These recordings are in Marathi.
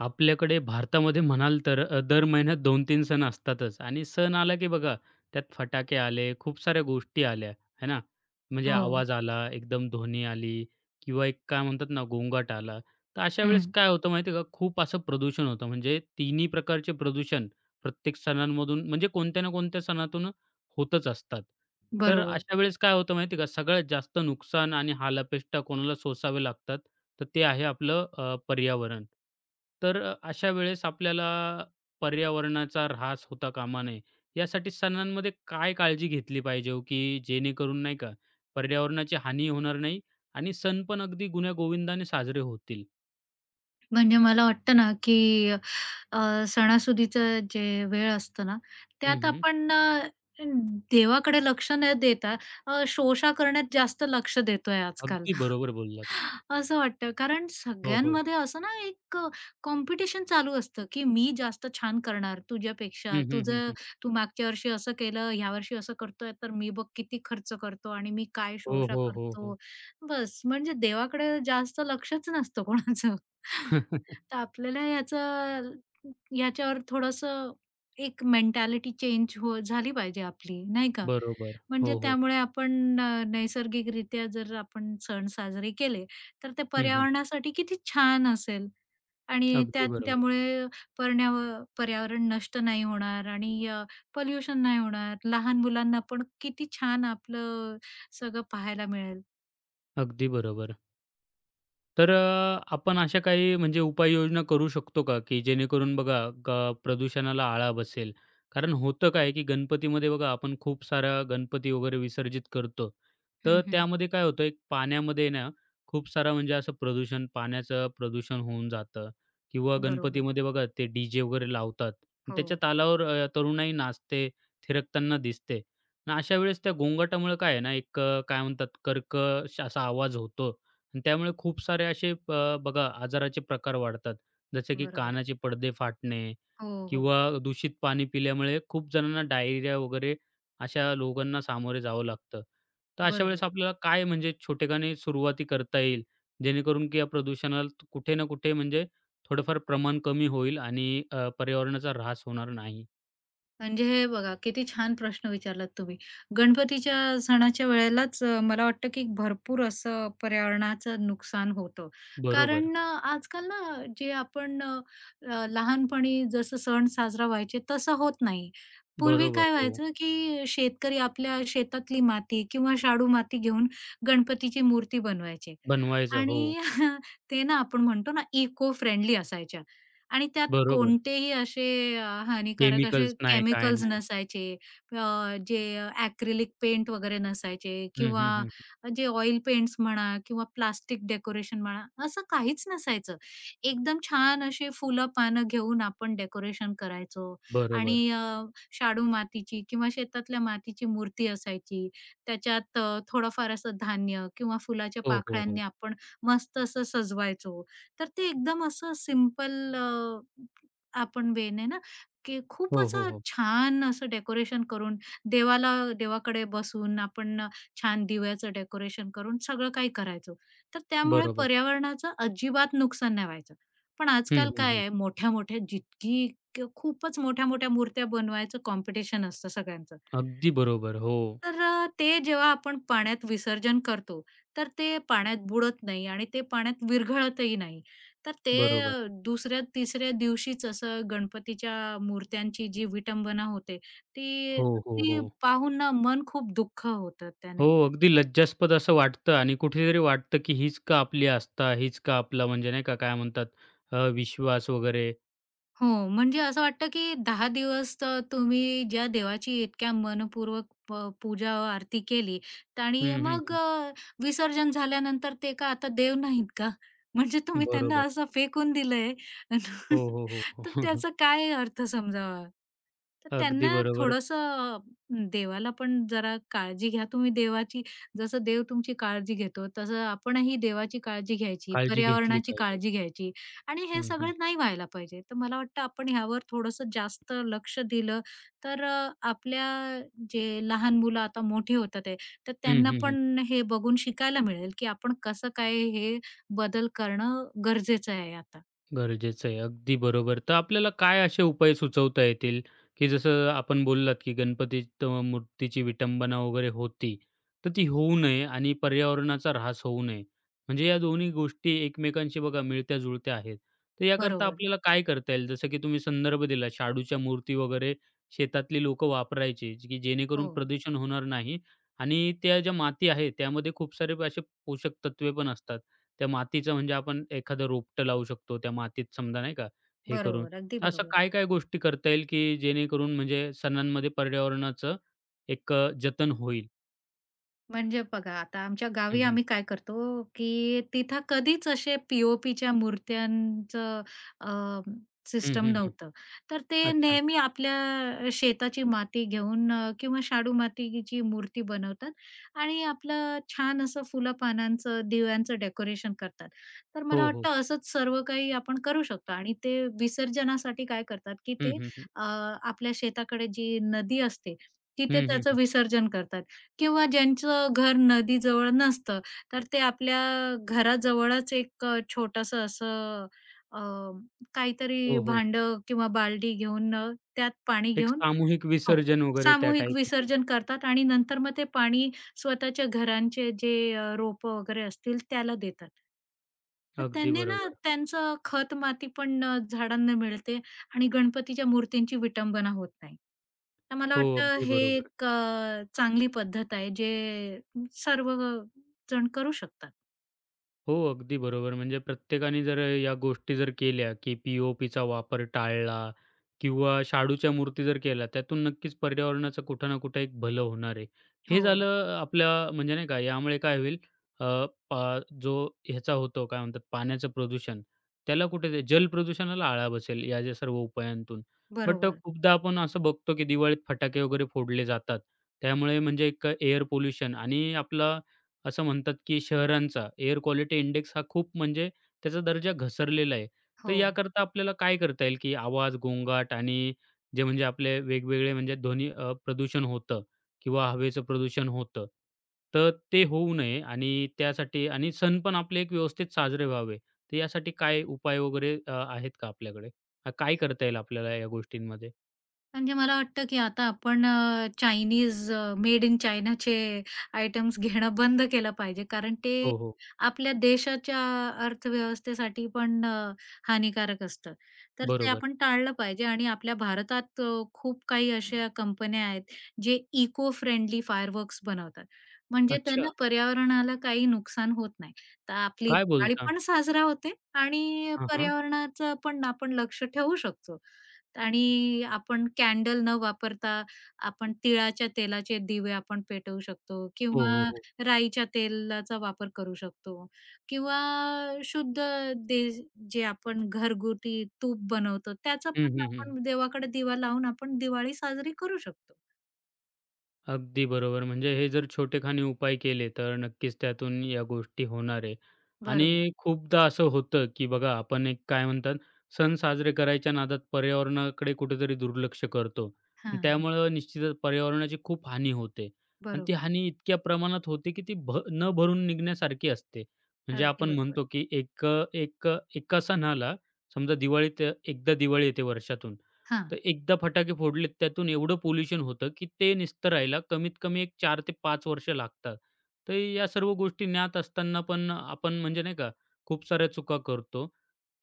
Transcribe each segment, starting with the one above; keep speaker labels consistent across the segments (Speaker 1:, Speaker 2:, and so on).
Speaker 1: आपल्याकडे भारतामध्ये म्हणाल तर दर महिन्यात 2-3 सण असतातच आणि सण आला की बघा त्यात फटाके आले, खूप साऱ्या गोष्टी आल्या, है ना? म्हणजे
Speaker 2: हो,
Speaker 1: आवाज आला, एकदम ध्वनी आली किंवा एक काय म्हणतात ना गोंगाट आला. तर अशा
Speaker 2: हं,
Speaker 1: वेळेस काय होतं माहिती आहे का, खूप असं प्रदूषण होतं. म्हणजे तिन्ही प्रकारचे प्रदूषण प्रत्येक सणांमधून म्हणजे कोणत्या ना कोणत्या सणातून होतच असतात. तर
Speaker 2: बरोबर.
Speaker 1: अशा वेळेस काय होतं माहिती का, सगळ्यात जास्त नुकसान आणि हालापेष्टा कोणाला सोसावे लागतात? तर ते आहे आपलं पर्यावरण. तर अशा वेळेस आपल्याला पर्यावरणाचा ऱ्हास होता कामा नये. यासाठी सणांमध्ये काय काळजी घेतली पाहिजे हो, की जेणेकरून नाही का पर्यावरणाची हानी होणार नाही आणि सण पण अगदी गुण्या गोविंदाने साजरे होतील?
Speaker 2: म्हणजे मला वाटतं ना, की अ, सणासुदीचं जे वेळ असतं ना,
Speaker 1: हं,
Speaker 2: त्यात
Speaker 1: हं.
Speaker 2: आपण देवाकडे लक्ष न देता शोषा करण्यात जास्त लक्ष देतोय आजकाल.
Speaker 1: अगदी बरोबर बोललात.
Speaker 2: असं वाटतं कारण
Speaker 1: हो, हो.
Speaker 2: सगळ्यांमध्ये असं ना एक कॉम्पिटिशन चालू असतं, की मी जास्त छान करणार तुझ्यापेक्षा.
Speaker 1: हं, हं, हं, हं.
Speaker 2: तू मागच्या वर्षी असं केलं, ह्या वर्षी असं करतोय, तर मी बघ किती खर्च करतो आणि मी काय
Speaker 1: हो,
Speaker 2: शोषा
Speaker 1: हो, हो,
Speaker 2: करतो.
Speaker 1: हो.
Speaker 2: बस म्हणजे देवाकडे जास्त लक्षच नसतं कोणाचं. तर आपल्याला याच्यावर थोडंसं एक मेंटॅलिटी चेंज हो झाली पाहिजे आपली, नाही का?
Speaker 1: बरोबर.
Speaker 2: म्हणजे
Speaker 1: हो, हो.
Speaker 2: त्यामुळे आपण नैसर्गिकरित्या जर आपण सण साजरे केले, तर ते
Speaker 1: हं, हं.
Speaker 2: पर्यावरणासाठी किती छान असेल आणि
Speaker 1: अगदी बरोबर.
Speaker 2: त्यामुळे पर्ण्याव पर्यावरण नष्ट नाही होणार आणि पोल्युशन नाही होणार. लहान मुलांना पण किती छान आपलं सगळं पाहायला मिळेल.
Speaker 1: अगदी बरोबर. तर आपण अशा काही म्हणजे उपाययोजना करू शकतो का, की जेणेकरून बघा प्रदूषणाला आळा बसेल? कारण होतं काय, की गणपतीमध्ये बघा आपण खूप सारा गणपती वगैरे विसर्जित करतो. तर
Speaker 2: हं, हं.
Speaker 1: त्यामध्ये काय होतं, एक पाण्यामध्ये ना खूप सारा म्हणजे असं प्रदूषण, पाण्याचं प्रदूषण होऊन जातं किंवा
Speaker 2: बरोबर.
Speaker 1: गणपतीमध्ये बघा ते डी-जे वगैरे लावतात. आणि
Speaker 2: हो,
Speaker 1: त्याच्या तालावर तरुणाई नाचते, थिरकताना दिसते. अन् अशा वेळेस त्या गोंगाटामुळे काय आहे ना, एक काय म्हणतात कर्कश असा आवाज होतो आणि त्यामुळे खूप सारे असे बघा आजाराचे प्रकार वाढतात. जसे की
Speaker 2: बरोबर.
Speaker 1: कानाचे पडदे फाटणे
Speaker 2: हो, हो.
Speaker 1: किंवा दूषित पाणी पिल्यामुळे खूप जणांना डायरिया वगैरे अशा रोगांना सामोरे जावं लागतं. तर अशा वेळेस
Speaker 2: बरोबर.
Speaker 1: आपल्याला काय म्हणजे छोटेखानी सुरुवाती करता येईल, जेणेकरून की या प्रदूषणाला कुठे ना कुठे म्हणजे थोडंफार प्रमाण कमी होईल आणि पर्यावरणाचा ऱ्हास होणार नाही.
Speaker 2: म्हणजे हे बघा, किती छान प्रश्न विचारलात तुम्ही. गणपतीच्या सणाच्या वेळेलाच मला वाटतं की भरपूर असं पर्यावरणाचं नुकसान होतं.
Speaker 1: बरोबर.
Speaker 2: कारण आजकाल ना जे आपण अ, अ, लहानपणी जसं सण साजरा व्हायचे तसं होत नाही. पूर्वी
Speaker 1: बरोबर.
Speaker 2: काय
Speaker 1: हो.
Speaker 2: व्हायचं की शेतकरी आपल्या शेतातली माती किंवा शाडू माती घेऊन गणपतीची मूर्ती बनवायचे.
Speaker 1: बनवायचं. हो.
Speaker 2: आणि ते ना आपण म्हणतो ना इको फ्रेंडली असायच्या आणि त्यात
Speaker 1: बरोबर.
Speaker 2: कोणतेही असे हानिकारक असे
Speaker 1: केमिकल्स नाही, काय
Speaker 2: केमिकल्स
Speaker 1: नाही.
Speaker 2: नसायचे. जे ॲक्रिलिक पेंट वगैरे नसायचे
Speaker 1: हं,
Speaker 2: किंवा
Speaker 1: हं, हं.
Speaker 2: जे ऑइल पेंट्स म्हणा किंवा प्लास्टिक डेकोरेशन म्हणा, असं काहीच नसायचं. एकदम छान अशी फुलं-पानं घेऊन आपण डेकोरेशन करायचो आणि
Speaker 1: बरोबर.
Speaker 2: शाडू मातीची किंवा शेतातल्या मातीची मूर्ती असायची. त्याच्यात थोडंफार असं धान्य किंवा फुलाच्या
Speaker 1: हो, हो, हो.
Speaker 2: पाकळ्यांनी आपण मस्त असं सजवायचो. तर ते एकदम असं सिंपल आपण वेने ना, की खूप
Speaker 1: हो, हो,
Speaker 2: असं
Speaker 1: हो.
Speaker 2: छान असं डेकोरेशन करून देवाला देवाकडे बसून आपण छान दिव्याचं डेकोरेशन करून सगळं काही करायचो. तर त्यामुळे
Speaker 1: बरोबर.
Speaker 2: पर्यावरणाचं अजिबात नुकसान नाही व्हायचं. पण
Speaker 1: हं,
Speaker 2: आजकाल
Speaker 1: हं,
Speaker 2: काय
Speaker 1: हं.
Speaker 2: आहे मोठ्या-मोठ्या जितकी खूपच मोठ्या-मोठ्या मूर्त्या बनवायचं कॉम्पिटिशन असतं सगळ्यांचं.
Speaker 1: अगदी बरोबर. हो,
Speaker 2: तर ते जेव्हा आपण पाण्यात विसर्जन करतो, तर ते पाण्यात बुडत नाही आणि ते पाण्यात विरघळतही नाही. तर ते अ,
Speaker 1: बरोबर.
Speaker 2: दुसऱ्या, तिसऱ्या दिवशीच असं गणपतीच्या मूर्त्यांची जी विटंबना होते, ती
Speaker 1: हो, हो,
Speaker 2: ती
Speaker 1: हो.
Speaker 2: पाहून ना मन खूप दुःख होतं
Speaker 1: हो,
Speaker 2: त्याने.
Speaker 1: अगदी लज्जास्पद असं वाटतं आणि कुठेतरी वाटतं, की हीच का आपली आस्था, हीच का आपला म्हणजे नाही का काय म्हणतात विश्वास वगैरे.
Speaker 2: हो, म्हणजे असं वाटतं, की दहा दिवस तर तुम्ही ज्या देवाची इतक्या मनपूर्वक पूजा, आरती केली
Speaker 1: हं,
Speaker 2: आणि
Speaker 1: हं,
Speaker 2: मग
Speaker 1: हं.
Speaker 2: विसर्जन झाल्यानंतर ते का आता देव नाहीत का? म्हणजे तुम्ही त्यांना
Speaker 1: बरोबर.
Speaker 2: असं फेकून दिलंय.
Speaker 1: हो, हो, हो.
Speaker 2: तर
Speaker 1: हो.
Speaker 2: त्याचा काय अर्थ समजावा? तर
Speaker 1: अगदी
Speaker 2: त्यांना
Speaker 1: बरोबर.
Speaker 2: थोडंसं देवाला पण जरा काळजी घ्या तुम्ही देवाची. जसं देव तुमची काळजी घेतो, तसं आपणही देवाची काळजी घ्यायची,
Speaker 1: काळजी घेतली
Speaker 2: पर्यावरणाची
Speaker 1: पाहिजे.
Speaker 2: काळजी घ्यायची आणि हे
Speaker 1: हं, हं.
Speaker 2: सगळं नाही व्हायला पाहिजे. तर मला वाटतं आपण ह्यावर थोडंसं जास्त लक्ष दिलं, तर आपल्या जे लहान मुलं आता मोठी होतात आहे, तर
Speaker 1: हं,
Speaker 2: त्यांना
Speaker 1: हं,
Speaker 2: पण हे बघून शिकायला मिळेल, की आपण कसं काय हे बदल करणं गरजेचं आहे आता.
Speaker 1: गरजेचं आहे. अगदी बरोबर. तर आपल्याला काय असे उपाय सुचवता येतील, की जसं आपण बोललात, की गणपतीचं मूर्तीची विटंबना वगैरे होती, तर ती होऊ नये आणि पर्यावरणाचा ऱ्हास होऊ नये. म्हणजे या दोन्ही गोष्टी एकमेकांशी बघा मिळत्या-जुळत्या आहेत. तर याकरता
Speaker 2: बरोबर.
Speaker 1: आपल्याला काय करता येईल? जसं की तुम्ही संदर्भ दिला शाडूच्या मूर्ती वगैरे शेतातली लोकं वापरायची, जी की जेणेकरून
Speaker 2: हो,
Speaker 1: प्रदूषण होणार नाही आणि त्या ज्या माती आहे त्यामध्ये खूप सारे असे पोषक तत्वे पण असतात. त्या मातीचं म्हणजे आपण एखादं रोपटं लावू शकतो त्या मातीत समजा नाही का, हे करून.
Speaker 2: बरोबर. अगदी
Speaker 1: तर असं
Speaker 2: बरोबर.
Speaker 1: काय-काय गोष्टी करता येईल, की जेणेकरून म्हणजे सणांमध्ये पर्यावरणाचं एक जतन होईल?
Speaker 2: म्हणजे बघा आता आमच्या
Speaker 1: हं,
Speaker 2: गावी
Speaker 1: हं.
Speaker 2: आम्ही काय करतो, की तिथं कधीच असे पी-ओ-पीच्या मूर्त्यांचं अ,
Speaker 1: हं,
Speaker 2: सिस्टम
Speaker 1: हं, हं.
Speaker 2: नव्हतं. तर ते
Speaker 1: अच्छा.
Speaker 2: नेहमी आपल्या शेताची माती घेऊन किंवा शाडू मातीची मूर्ती बनवतात आणि आपलं छान असं फुलं-पानांचं, दिव्यांचं डेकोरेशन करतात. तर मला
Speaker 1: हो, हो.
Speaker 2: वाटतं असंच सर्व काही आपण करू शकतो आणि ते विसर्जनासाठी काय करतात, की
Speaker 1: हं,
Speaker 2: ते
Speaker 1: हं, हं.
Speaker 2: आपल्या शेताकडे जी नदी असते, तिथे
Speaker 1: हं, हं,
Speaker 2: त्याचं
Speaker 1: हं.
Speaker 2: विसर्जन करतात. किंवा ज्यांचं घर नदीजवळ नसतं, तर ते आपल्या घराजवळच एक छोटंसं असं अ, काहीतरी
Speaker 1: हो, हो.
Speaker 2: भांडं किंवा बालडी घेऊन त्यात पाणी
Speaker 1: एक
Speaker 2: घेऊन
Speaker 1: सामूहिक
Speaker 2: हो.
Speaker 1: विसर्जन वगैरे त्या
Speaker 2: सामूहिक
Speaker 1: टाईपमध्ये.
Speaker 2: विसर्जन करतात आणि नंतर मग ते पाणी स्वतःच्या घरांचे जे रोपं वगैरे असतील त्याला देतात. तर
Speaker 1: अगदी
Speaker 2: त्यांनी ना
Speaker 1: बरोबर.
Speaker 2: त्यांचं खत-माती पण झाडांना मिळते आणि गणपतीच्या मूर्तींची विटंबना होत नाही. तर मला
Speaker 1: हो,
Speaker 2: वाटतं
Speaker 1: अगदी
Speaker 2: हे
Speaker 1: बरोबर.
Speaker 2: एक चांगली पद्धत आहे जे सर्व जण करू शकतात.
Speaker 1: हो, अगदी बरोबर. म्हणजे प्रत्येकाने जर या गोष्टी जर केल्या, की पी-ओ-पीचा वापर टाळला किंवा शाडूच्या मूर्ती जर केल्या, त्यातून नक्कीच पर्यावरणाचं कुठं ना कुठं एक भलं होणार आहे. हे
Speaker 2: हो,
Speaker 1: झालं आपल्या म्हणजे नाही का, यामुळे काय होईल अ, जो ह्याचा होतो काय म्हणतात पाण्याचं प्रदूषण, त्याला कुठे ते जल प्रदूषणाला आळा बसेल या ज्या सर्व उपायांतून. बट
Speaker 2: बरोबर.
Speaker 1: खूपदा आपण असं बघतो, की दिवाळीत फटाके वगैरे फोडले जातात. त्यामुळे म्हणजे एक एअर पोल्युशन आणि आपला असं म्हणतात, की शहरांचा एअर क्वालिटी इंडेक्स हा खूप म्हणजे त्याचा दर्जा घसरलेला आहे. तर
Speaker 2: हो.
Speaker 1: याकरता आपल्याला काय करता येईल, की आवाज, गोंगाट आणि जे म्हणजे आपले वेगवेगळे म्हणजे ध्वनी प्रदूषण होतं किंवा हवेचं प्रदूषण होतं. तर ते होऊ नये आणि त्यासाठी आणि सण पण आपले एक व्यवस्थित साजरे व्हावे. तर यासाठी काय उपाय वगैरे आहेत का आपल्याकडे? काय करता येईल आपल्याला या गोष्टींमध्ये?
Speaker 2: म्हणजे मला वाटतं, की आता आपण अ, चायनीज मेड इन चायनाचे आयटम्स घेणं बंद केलं पाहिजे. कारण ते
Speaker 1: हो, हो.
Speaker 2: आपल्या देशाच्या अर्थव्यवस्थेसाठी पण हानिकारक असतं. तर ते
Speaker 1: बरोबर.
Speaker 2: आपण टाळलं पाहिजे आणि आपल्या भारतात खूप काही अशा कंपन्या आहेत, जे इको फ्रेंडली फायरवर्क्स बनवतात. म्हणजे त्यांना
Speaker 1: अच्छा.
Speaker 2: पर्यावरणाला काही नुकसान होत नाही. तर आपली
Speaker 1: काय
Speaker 2: दिवाळी
Speaker 1: बोलता?
Speaker 2: पण साजरा होते आणि
Speaker 1: हां, हां.
Speaker 2: पर्यावरणाचं पण आपण लक्ष ठेवू शकतो. आणि आपण कॅन्डल न वापरता आपण तिळाच्या तेलाचे दिवे आपण पेटवू शकतो हो.
Speaker 1: हो,
Speaker 2: किंवा
Speaker 1: हो, हो.
Speaker 2: राईच्या तेलाचा वापर करू शकतो किंवा शुद्ध दे जे आपण घरगुती तूप बनवतो त्याचा
Speaker 1: हं,
Speaker 2: पण
Speaker 1: हं, हं.
Speaker 2: आपण देवाकडे दिवा लावून आपण दिवाळी साजरी करू शकतो.
Speaker 1: अगदी बरोबर. म्हणजे हे जर छोटेखानी उपाय केले, तर नक्कीच त्यातून या गोष्टी होणार आहे.
Speaker 2: बरोबर.
Speaker 1: आणि खूपदा असं होतं, की बघा आपण एक काय म्हणतात, सण साजरे करायच्या नादात पर्यावरणाकडे कुठेतरी दुर्लक्ष करतो. आणि
Speaker 2: हां, हां.
Speaker 1: त्यामुळं निश्चितच पर्यावरणाची खूप हानी होते. आणि ती
Speaker 2: बरोबर.
Speaker 1: हानी इतक्या प्रमाणात होते, की ती न भरून निघण्यासारखी असते. म्हणजे
Speaker 2: अगदी
Speaker 1: आपण
Speaker 2: बरोबर.
Speaker 1: म्हणतो, की एक एक एका सणाला समजा दिवाळीत एकदा दिवाळी येते वर्षातून.
Speaker 2: हां.
Speaker 1: तर एकदा फटाके फोडलेत त्यातून एवढं पोल्युशन होतं, की ते निस्तरायला कमीत कमी एक 4 ते 5 वर्ष लागतात. तर या सर्व गोष्टी ज्ञात असताना पण आपण म्हणजे नाही का, खूप साऱ्या चुका करतो.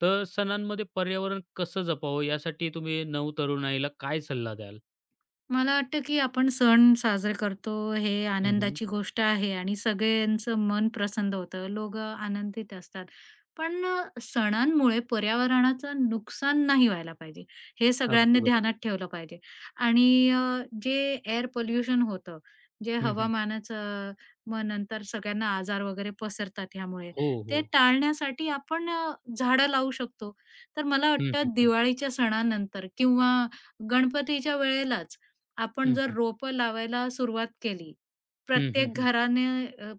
Speaker 1: तर सणांमध्ये पर्यावरण कसं जपावं यासाठी तुम्ही नवतरुणाईला काय सल्ला द्याल?
Speaker 2: मला वाटतं की आपण सण साजरे करतो हे
Speaker 1: हं, हं.
Speaker 2: आनंदाची गोष्ट आहे आणि सगळ्यांचं मन प्रसन्न होतं. लोकं आनंदित असतात. पण सणांमुळे पर्यावरणाचं नुकसान नाही व्हायला पाहिजे. हे
Speaker 1: अगदी
Speaker 2: सगळ्यांनी ध्यानात
Speaker 1: बरोबर.
Speaker 2: ठेवलं पाहिजे. आणि जे एअर पोल्युशन होतं, जे
Speaker 1: हं, हं.
Speaker 2: हवामानाचं मग नंतर सगळ्यांना आजार वगैरे पसरतात ह्यामुळे.
Speaker 1: हो, हो.
Speaker 2: ते टाळण्यासाठी आपण झाडं लावू शकतो. तर मला
Speaker 1: हं, हं,
Speaker 2: वाटतं
Speaker 1: हं.
Speaker 2: दिवाळीच्या सणानंतर किंवा गणपतीच्या वेळेलाच आपण
Speaker 1: हं,
Speaker 2: जर
Speaker 1: हं.
Speaker 2: रोपं लावायला सुरुवात केली,
Speaker 1: हं, हं,
Speaker 2: प्रत्येक
Speaker 1: हं.
Speaker 2: घराने अ,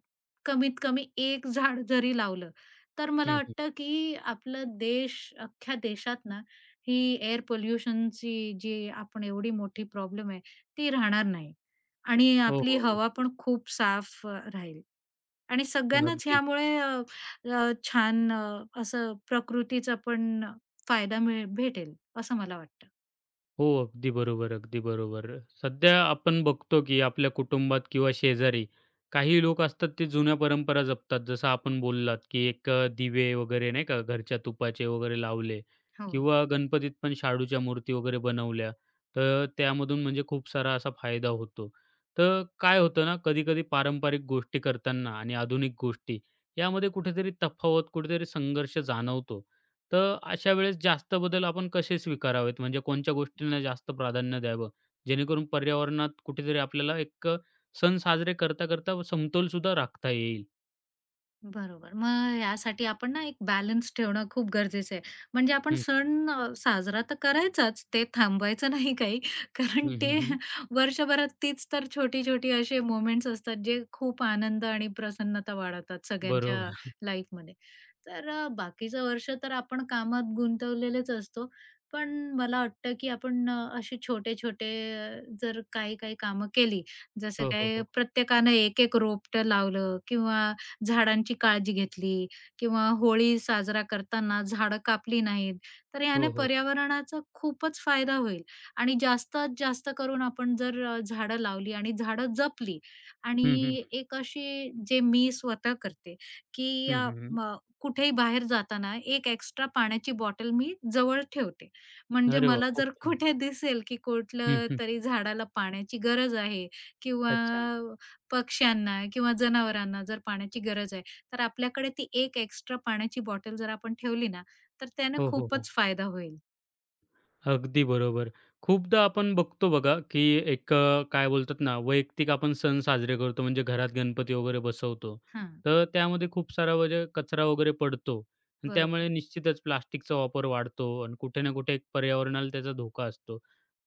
Speaker 2: कमीत कमी एक झाड जरी लावलं, तर मला
Speaker 1: हं, हं.
Speaker 2: वाटतं की आपला देश अख्ख्या देशात ना, ही एअर पोल्युशनची जी आपण एवढी मोठी प्रॉब्लेम आहे, ती राहणार नाही. आणि
Speaker 1: हो,
Speaker 2: आपली
Speaker 1: हो.
Speaker 2: हवा पण
Speaker 1: नक्कीच.
Speaker 2: खूप साफ राहील. आणि सगळ्यांनाच
Speaker 1: अगदी.
Speaker 2: ह्यामुळे अ, अ, छान असं प्रकृतीचा पण फायदा भेटेल, असं मला वाटतं.
Speaker 1: हो, अगदी बरोबर, अगदी बरोबर. सध्या आपण बघतो, की आपल्या कुटुंबात किंवा शेजारी काही लोक असतात ते जुन्या परंपरा जपतात. जसं आपण बोललात, की एक दिवे वगैरे नाही का घरच्या तुपाचे वगैरे लावले
Speaker 2: हो.
Speaker 1: किंवा गणपतीत पण शाडूच्या मूर्ती वगैरे बनवल्या. तर त्यामधून म्हणजे खूप सारा असा फायदा होतो. तर काय होतं ना, कधी-कधी पारंपरिक गोष्टी करताना आणि आधुनिक गोष्टी यामध्ये कुठेतरी तफावत, कुठेतरी संघर्ष जाणवतो. तर अशा वेळेस जास्त बदल आपण कसे स्वीकारावेत? म्हणजे कोणत्या गोष्टींना जास्त प्राधान्य द्यावं? जेणेकरून पर्यावरणात कुठेतरी आपल्याला एक सण साजरे करता-करता समतोल सुद्धा राखता येईल.
Speaker 2: बरोबर. मग यासाठी आपण ना एक बॅलन्स ठेवणं खूप गरजेचं आहे. म्हणजे आपण
Speaker 1: हं,
Speaker 2: सण साजरा तर करायचाच, ते थांबवायचं नाही काही.
Speaker 1: हं,
Speaker 2: कारण ते
Speaker 1: हं, हं.
Speaker 2: वर्षभरात तीच तर छोटी-छोटी असे मोमेंट्स असतात, जे खूप आनंद आणि प्रसन्नता वाढवतात सगळ्यांच्या
Speaker 1: बरोबर.
Speaker 2: लाईफमध्ये. तर बाकीचं वर्ष तर आपण कामात गुंतवलेलेच असतो. पण मला वाटतं, की आपण असे छोटे-छोटे जर काही-काही कामं केली, जसं
Speaker 1: हो, हो,
Speaker 2: काय
Speaker 1: हो.
Speaker 2: प्रत्येकानं एक-एक रोपटं लावलं किंवा झाडांची काळजी घेतली किंवा होळी साजरा करताना झाडं कापली नाहीत, तर याने
Speaker 1: हो, हो.
Speaker 2: पर्यावरणाचा खूपच फायदा होईल आणि जास्तीत जास्त करून आपण जर झाडं लावली आणि झाडं जपली
Speaker 1: हं, हं,
Speaker 2: आणि
Speaker 1: हं.
Speaker 2: एक अशी जे मी स्वतः करते, की
Speaker 1: हं, हं, हं.
Speaker 2: कुठेही बाहेर जाताना एक एक्स्ट्रा पाण्याची बॉटल मी जवळ ठेवते. म्हणजे
Speaker 1: अरे वाह!
Speaker 2: मला
Speaker 1: खूप
Speaker 2: जर
Speaker 1: छान.
Speaker 2: कुठे दिसेल, की
Speaker 1: हं,
Speaker 2: कुठलं
Speaker 1: हं.
Speaker 2: तरी झाडाला पाण्याची गरज आहे किंवा
Speaker 1: अच्छा.
Speaker 2: पक्ष्यांना किंवा जनावरांना जर पाण्याची गरज आहे, तर आपल्याकडे ती एक एक्स्ट्रा पाण्याची बॉटल जर आपण ठेवली ना, तर त्यानं
Speaker 1: हो, हो, हो.
Speaker 2: खूपच फायदा होईल.
Speaker 1: अगदी बरोबर. खूपदा आपण बघतो बघा, की एक काय बोलतात ना, वैयक्तिक आपण सण साजरे करतो म्हणजे घरात गणपती वगैरे बसवतो.
Speaker 2: हां,
Speaker 1: तर त्यामध्ये खूप सारा म्हणजे कचरा वगैरे पडतो आणि
Speaker 2: बरोबर.
Speaker 1: त्यामुळे निश्चितच प्लास्टिकचा वापर वाढतो आणि कुठे ना कुठे एक पर्यावरणाला त्याचा धोका असतो.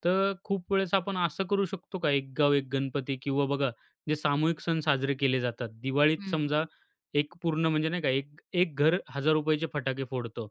Speaker 1: तर खूप वेळेस आपण असं करू शकतो का, एक गाव एक गणपती किंवा बघा जे सामूहिक सण साजरे केले जातात. दिवाळीत
Speaker 2: हं.
Speaker 1: समजा एक पूर्ण म्हणजे नाही का, एक एक घर ₹1,000 चे फटाके फोडतो.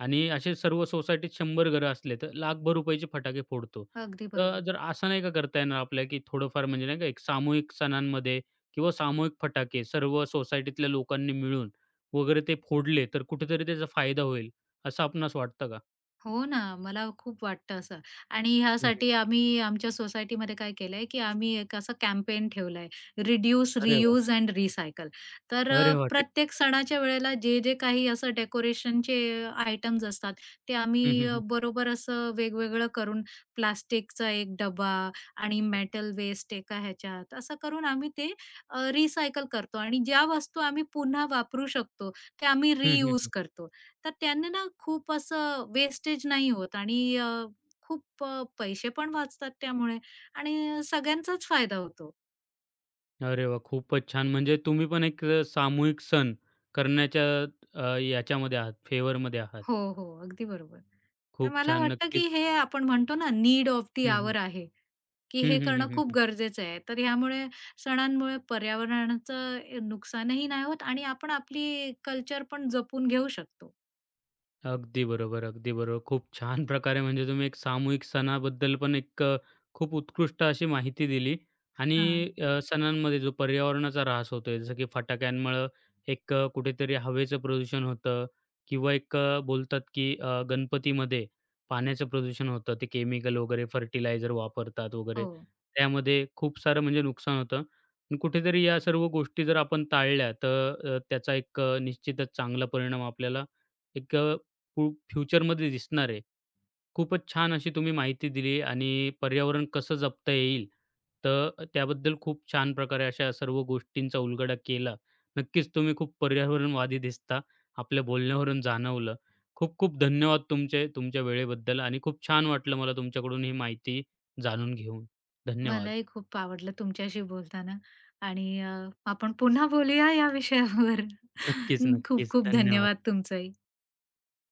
Speaker 1: आणि असे सर्व सोसायटीत 100 घरं असले, तर लाखभर रुपयाचे फटाके फोडतो.
Speaker 2: अगदी
Speaker 1: तर
Speaker 2: बरोबर.
Speaker 1: जर असं नाही का करता येणार आपल्याला, की थोडंफार म्हणजे नाही का एक सामूहिक सणांमध्ये किंवा सामूहिक फटाके सर्व सोसायटीतल्या लोकांनी मिळून वगैरे ते फोडले, तर कुठेतरी त्याचा फायदा होईल, असं आपणास वाटतं का?
Speaker 2: हो ना, मला खूप वाटतं असं आणि
Speaker 1: हं, हं.
Speaker 2: ह्यासाठी आम्ही आमच्या सोसायटीमध्ये काय केलंय, की आम्ही एक असं कॅम्पेन ठेवलंय, रिड्यूस,
Speaker 1: अरे वाह!
Speaker 2: Reuse and recycle. तर
Speaker 1: अरे वाह!
Speaker 2: प्रत्येक सणाच्या वेळेला जे, जे काही असं डेकोरेशनचे आयटम्स असतात, ते
Speaker 1: हं,
Speaker 2: आम्ही
Speaker 1: हं, हं.
Speaker 2: बरोबर असं वेगवेगळं करून प्लास्टिकचा एक डबा आणि मेटल वेस्ट एका ह्याच्यात, असं करून आम्ही ते रिसायकल करतो आणि ज्या वस्तू आम्ही पुन्हा वापरू शकतो, त्या आम्ही
Speaker 1: हं, हं,
Speaker 2: रियूज
Speaker 1: हं.
Speaker 2: करतो. तर त्याने ना खूप असं वेस्टेज नाही होत आणि पैसे पण वाचतात त्यामुळे आणि सगळ्यांचाच फायदा होतो.
Speaker 1: अरे वाह! खूपच छान. म्हणजे तुम्ही पण एक सामूहिक सण करण्याच्या याच्यामध्ये आहात, फेवरमध्ये आहात.
Speaker 2: हो, हो. अगदी बरोबर. तर
Speaker 1: खूप
Speaker 2: मला
Speaker 1: छान.
Speaker 2: वाटतं, की
Speaker 1: नक्कीच.
Speaker 2: हे आपण म्हणतो ना नीड ऑफ दी
Speaker 1: हं, हं.
Speaker 2: हॉवर आहे, की
Speaker 1: हं,
Speaker 2: हे
Speaker 1: हं, हं,
Speaker 2: करणं खूप
Speaker 1: हं.
Speaker 2: गरजेचं आहे. तर ह्यामुळे सणांमुळे पर्यावरणाचं नुकसानही नाही होत आणि आपण आपली कल्चर पण जपून घेऊ शकतो.
Speaker 1: अगदी बरोबर, अगदी बरोबर. खूप छान प्रकारे म्हणजे तुम्ही एक सामूहिक सणाबद्दल पण एक खूप उत्कृष्ट अशी माहिती दिली आणि
Speaker 2: हां.
Speaker 1: सणांमध्ये जो पर्यावरणाचा ऱ्हास होतोय, जसं की फटाक्यांमुळं एक कुठेतरी हवेचं प्रदूषण होतं किंवा एक बोलतात की गणपतीमध्ये पाण्याचं प्रदूषण होतं. ते केमिकल वगैरे फर्टिलायझर वापरतात वगैरे.
Speaker 2: हो.
Speaker 1: त्यामध्ये खूप सारं म्हणजे नुकसान होतं. पण कुठेतरी या सर्व गोष्टी जर आपण टाळल्या तर त्याचा एक निश्चितच चांगला परिणाम आपल्याला एक खूप फ्युचरमध्ये दिसणार आहे. खूपच छान अशी तुम्ही माहिती दिली आणि पर्यावरण कसं जपता येईल, तर त्याबद्दल खूप छान प्रकारे अशा सर्व गोष्टींचा उलगडा केला. नक्कीच तुम्ही खूप पर्यावरणवादी दिसता. आपल्या बोलण्यावरून जाणवलं. खूप खूप धन्यवाद तुमचे, तुमच्या वेळेबद्दल आणि खूप छान वाटलं मला तुमच्याकडून ही माहिती जाणून घेऊन. धन्यवाद.
Speaker 2: मलाही खूप आवडलं तुमच्याशी बोलताना आणि आपण पुन्हा बोलूया या विषयावर.
Speaker 1: नक्कीच,
Speaker 2: खूप
Speaker 1: नक्कीच.
Speaker 2: खूप धन्यवाद
Speaker 1: धन्यवाद.
Speaker 2: तुमचंही.